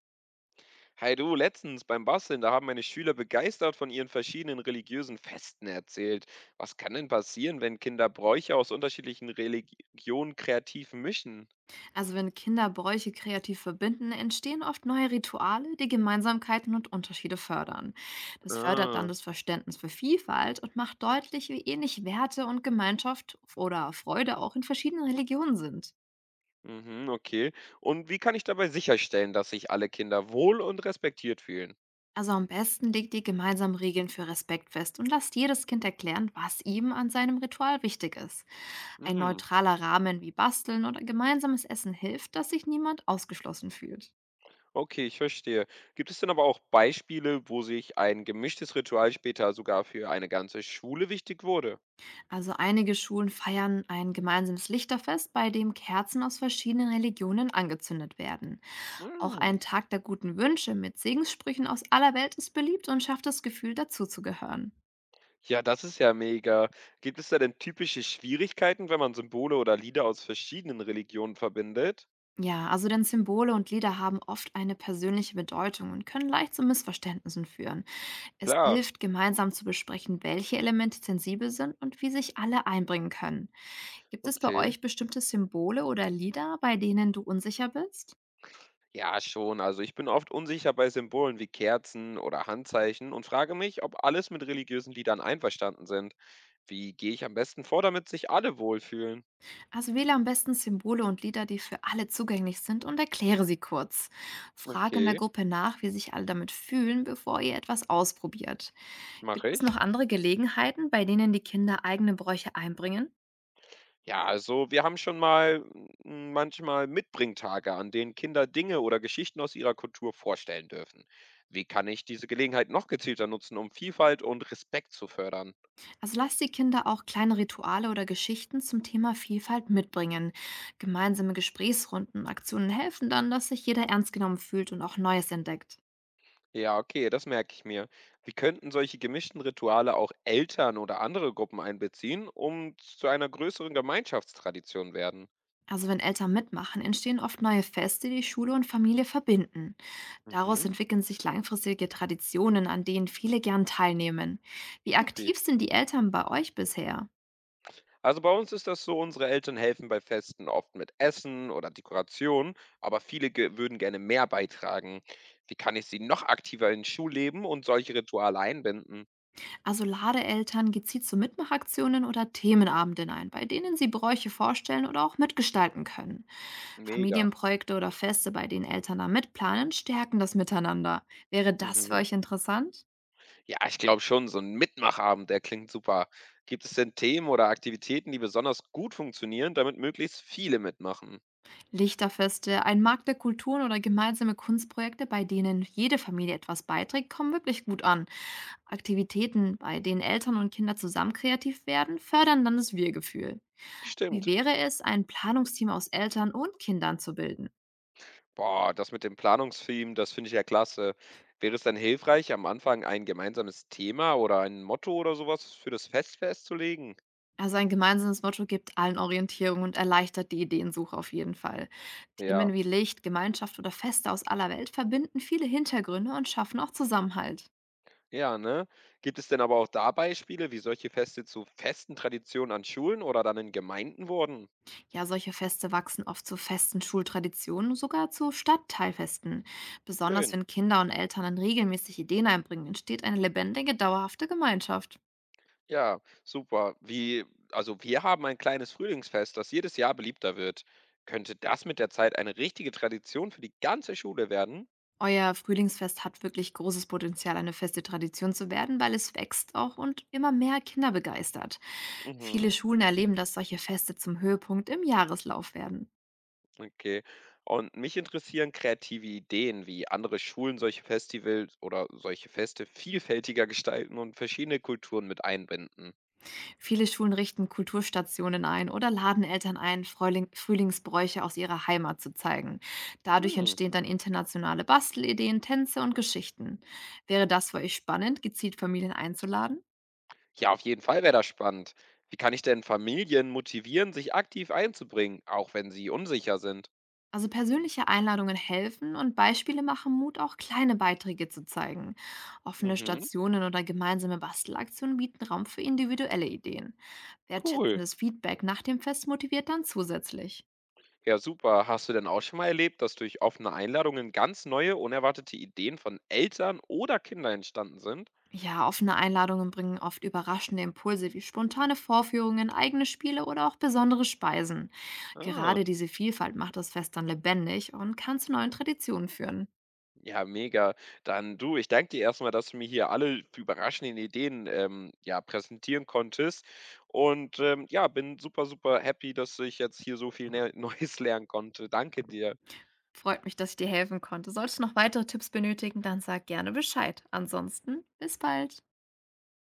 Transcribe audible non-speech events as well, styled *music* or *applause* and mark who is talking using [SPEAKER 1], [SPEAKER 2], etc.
[SPEAKER 1] Hey du, letztens beim Basteln, da haben meine Schüler begeistert von ihren verschiedenen religiösen Festen erzählt. Was kann denn passieren, wenn Kinder Bräuche aus unterschiedlichen Religionen kreativ mischen?
[SPEAKER 2] Also wenn Kinder Bräuche kreativ verbinden, entstehen oft neue Rituale, die Gemeinsamkeiten und Unterschiede fördern. Das fördert dann
[SPEAKER 1] Ah,
[SPEAKER 2] das Verständnis für Vielfalt und macht deutlich, wie ähnlich Werte und Gemeinschaft oder Freude auch in verschiedenen Religionen sind.
[SPEAKER 1] mhm, okay. Und wie kann ich dabei sicherstellen, dass sich alle Kinder wohl und respektiert fühlen?
[SPEAKER 2] Also am besten legt ihr gemeinsam Regeln für Respekt fest und lasst jedes Kind erklären, was ihm an seinem Ritual wichtig ist. Ein
[SPEAKER 1] Hm,
[SPEAKER 2] neutraler Rahmen wie Basteln oder gemeinsames Essen hilft, dass sich niemand ausgeschlossen fühlt.
[SPEAKER 1] okay, ich verstehe. Gibt es denn aber auch Beispiele, wo sich ein gemischtes Ritual später sogar für eine ganze Schule wichtig wurde?
[SPEAKER 2] Also einige Schulen feiern ein gemeinsames Lichterfest, bei dem Kerzen aus verschiedenen Religionen angezündet werden. Auch
[SPEAKER 1] Hm.
[SPEAKER 2] ein Tag der guten Wünsche mit Segenssprüchen aus aller Welt ist beliebt und schafft das Gefühl, dazuzugehören.
[SPEAKER 1] Ja, das ist ja mega. Gibt es da denn typische Schwierigkeiten, wenn man Symbole oder Lieder aus verschiedenen Religionen verbindet?
[SPEAKER 2] Ja, also denn Symbole und Lieder haben oft eine persönliche Bedeutung und können leicht zu Missverständnissen führen. Es
[SPEAKER 1] Klar,
[SPEAKER 2] hilft, gemeinsam zu besprechen, welche Elemente sensibel sind und wie sich alle einbringen können. Gibt es bei
[SPEAKER 1] okay.
[SPEAKER 2] euch bestimmte Symbole oder Lieder, bei denen du unsicher bist?
[SPEAKER 1] Ja, schon. Also ich bin oft unsicher bei Symbolen wie Kerzen oder Handzeichen und frage mich, ob alles mit religiösen Liedern einverstanden sind. Wie gehe ich am besten vor, damit sich alle wohlfühlen?
[SPEAKER 2] Also wähle am besten Symbole und Lieder, die für alle zugänglich sind und erkläre sie kurz. Frage in der
[SPEAKER 1] Okay,
[SPEAKER 2] Gruppe nach, wie sich alle damit fühlen, bevor ihr etwas ausprobiert. Gibt
[SPEAKER 1] mache
[SPEAKER 2] es
[SPEAKER 1] ich.
[SPEAKER 2] noch andere Gelegenheiten, bei denen die Kinder eigene Bräuche einbringen?
[SPEAKER 1] Ja, also wir haben schon mal manchmal Mitbringtage, an denen Kinder Dinge oder Geschichten aus ihrer Kultur vorstellen dürfen. Wie kann ich diese Gelegenheit noch gezielter nutzen, um Vielfalt und Respekt zu fördern?
[SPEAKER 2] Also lasst die Kinder auch kleine Rituale oder Geschichten zum Thema Vielfalt mitbringen. Gemeinsame Gesprächsrunden und Aktionen helfen dann, dass sich jeder ernst genommen fühlt und auch Neues entdeckt.
[SPEAKER 1] Ja, okay, das merke ich mir. Wie könnten solche gemischten Rituale auch Eltern oder andere Gruppen einbeziehen, um zu einer größeren Gemeinschaftstradition werden?
[SPEAKER 2] Also wenn Eltern mitmachen, entstehen oft neue Feste, die Schule und Familie verbinden. Daraus
[SPEAKER 1] Mhm,
[SPEAKER 2] entwickeln sich langfristige Traditionen, an denen viele gern teilnehmen. Wie
[SPEAKER 1] supi.
[SPEAKER 2] aktiv sind die Eltern bei euch bisher?
[SPEAKER 1] Also bei uns ist das so, unsere Eltern helfen bei Festen oft mit Essen oder Dekoration, aber viele ge würden gerne mehr beitragen. Wie kann ich sie noch aktiver ins Schulleben und solche Rituale einbinden?
[SPEAKER 2] Also lade Eltern gezielt zu Mitmachaktionen oder Themenabenden ein, bei denen sie Bräuche vorstellen oder auch mitgestalten können.
[SPEAKER 1] Mega.
[SPEAKER 2] Familienprojekte oder Feste, bei denen Eltern da mitplanen, stärken das Miteinander. Wäre das für
[SPEAKER 1] Mhm.
[SPEAKER 2] euch interessant?
[SPEAKER 1] Ja, ich glaube schon, so ein Mitmachabend, der klingt super. Gibt es denn Themen oder Aktivitäten, die besonders gut funktionieren, damit möglichst viele mitmachen?
[SPEAKER 2] Lichterfeste, ein Markt der Kulturen oder gemeinsame Kunstprojekte, bei denen jede Familie etwas beiträgt, kommen wirklich gut an. Aktivitäten, bei denen Eltern und Kinder zusammen kreativ werden, fördern dann das Wir-Gefühl. Wie
[SPEAKER 1] Stimmt.
[SPEAKER 2] wäre es, ein Planungsteam aus Eltern und Kindern zu bilden?
[SPEAKER 1] Boah, das mit dem Planungstheme, das finde ich ja klasse. Wäre es dann hilfreich, am Anfang ein gemeinsames Thema oder ein Motto oder sowas für das Fest festzulegen?
[SPEAKER 2] Also ein gemeinsames Motto gibt allen Orientierung und erleichtert die Ideensuche auf jeden Fall.
[SPEAKER 1] Ja,
[SPEAKER 2] Themen wie Licht, Gemeinschaft oder Feste aus aller Welt verbinden viele Hintergründe und schaffen auch Zusammenhalt.
[SPEAKER 1] ja, ne? Gibt es denn aber auch da Beispiele, wie solche Feste zu festen Traditionen an Schulen oder dann in Gemeinden wurden?
[SPEAKER 2] Ja, solche Feste wachsen oft zu festen Schultraditionen, sogar zu Stadtteilfesten. Besonders
[SPEAKER 1] Schön.
[SPEAKER 2] wenn Kinder und Eltern dann regelmäßig Ideen einbringen, entsteht eine lebendige, dauerhafte Gemeinschaft.
[SPEAKER 1] Ja, super. Also wir haben ein kleines Frühlingsfest, das jedes Jahr beliebter wird. Könnte das mit der Zeit eine richtige Tradition für die ganze Schule werden?
[SPEAKER 2] Euer Frühlingsfest hat wirklich großes Potenzial, eine feste Tradition zu werden, weil es wächst auch und immer mehr Kinder begeistert.
[SPEAKER 1] Mhm.
[SPEAKER 2] Viele Schulen erleben, dass solche Feste zum Höhepunkt im Jahreslauf werden.
[SPEAKER 1] Okay. Und mich interessieren kreative Ideen, wie andere Schulen solche Festivals oder solche Feste vielfältiger gestalten und verschiedene Kulturen mit einbinden.
[SPEAKER 2] Viele Schulen richten Kulturstationen ein oder laden Eltern ein, Frühlingsbräuche aus ihrer Heimat zu zeigen. Dadurch
[SPEAKER 1] Hm.
[SPEAKER 2] entstehen dann internationale Bastelideen, Tänze und Geschichten. Wäre das für euch spannend, gezielt Familien einzuladen?
[SPEAKER 1] Ja, auf jeden Fall wäre das spannend. Wie kann ich denn Familien motivieren, sich aktiv einzubringen, auch wenn sie unsicher sind?
[SPEAKER 2] Also persönliche Einladungen helfen und Beispiele machen Mut, auch kleine Beiträge zu zeigen. Offene
[SPEAKER 1] Mhm,
[SPEAKER 2] Stationen oder gemeinsame Bastelaktionen bieten Raum für individuelle Ideen.
[SPEAKER 1] cool.
[SPEAKER 2] Wertschätzendes Feedback nach dem Fest motiviert dann zusätzlich.
[SPEAKER 1] Ja, super. Hast du denn auch schon mal erlebt, dass durch offene Einladungen ganz neue, unerwartete Ideen von Eltern oder Kindern entstanden sind?
[SPEAKER 2] Ja, offene Einladungen bringen oft überraschende Impulse wie spontane Vorführungen, eigene Spiele oder auch besondere Speisen.
[SPEAKER 1] Ah.
[SPEAKER 2] Gerade diese Vielfalt macht das Fest dann lebendig und kann zu neuen Traditionen führen.
[SPEAKER 1] Ja, mega. Dann du, ich danke dir erstmal, dass du mir hier alle überraschenden Ideen ja, präsentieren konntest. Und ja, bin super, super happy, dass ich jetzt hier so viel ne *laughs* Neues lernen konnte. Danke dir.
[SPEAKER 2] Freut mich, dass ich dir helfen konnte. Solltest du noch weitere Tipps benötigen, dann sag gerne Bescheid. Ansonsten, bis bald.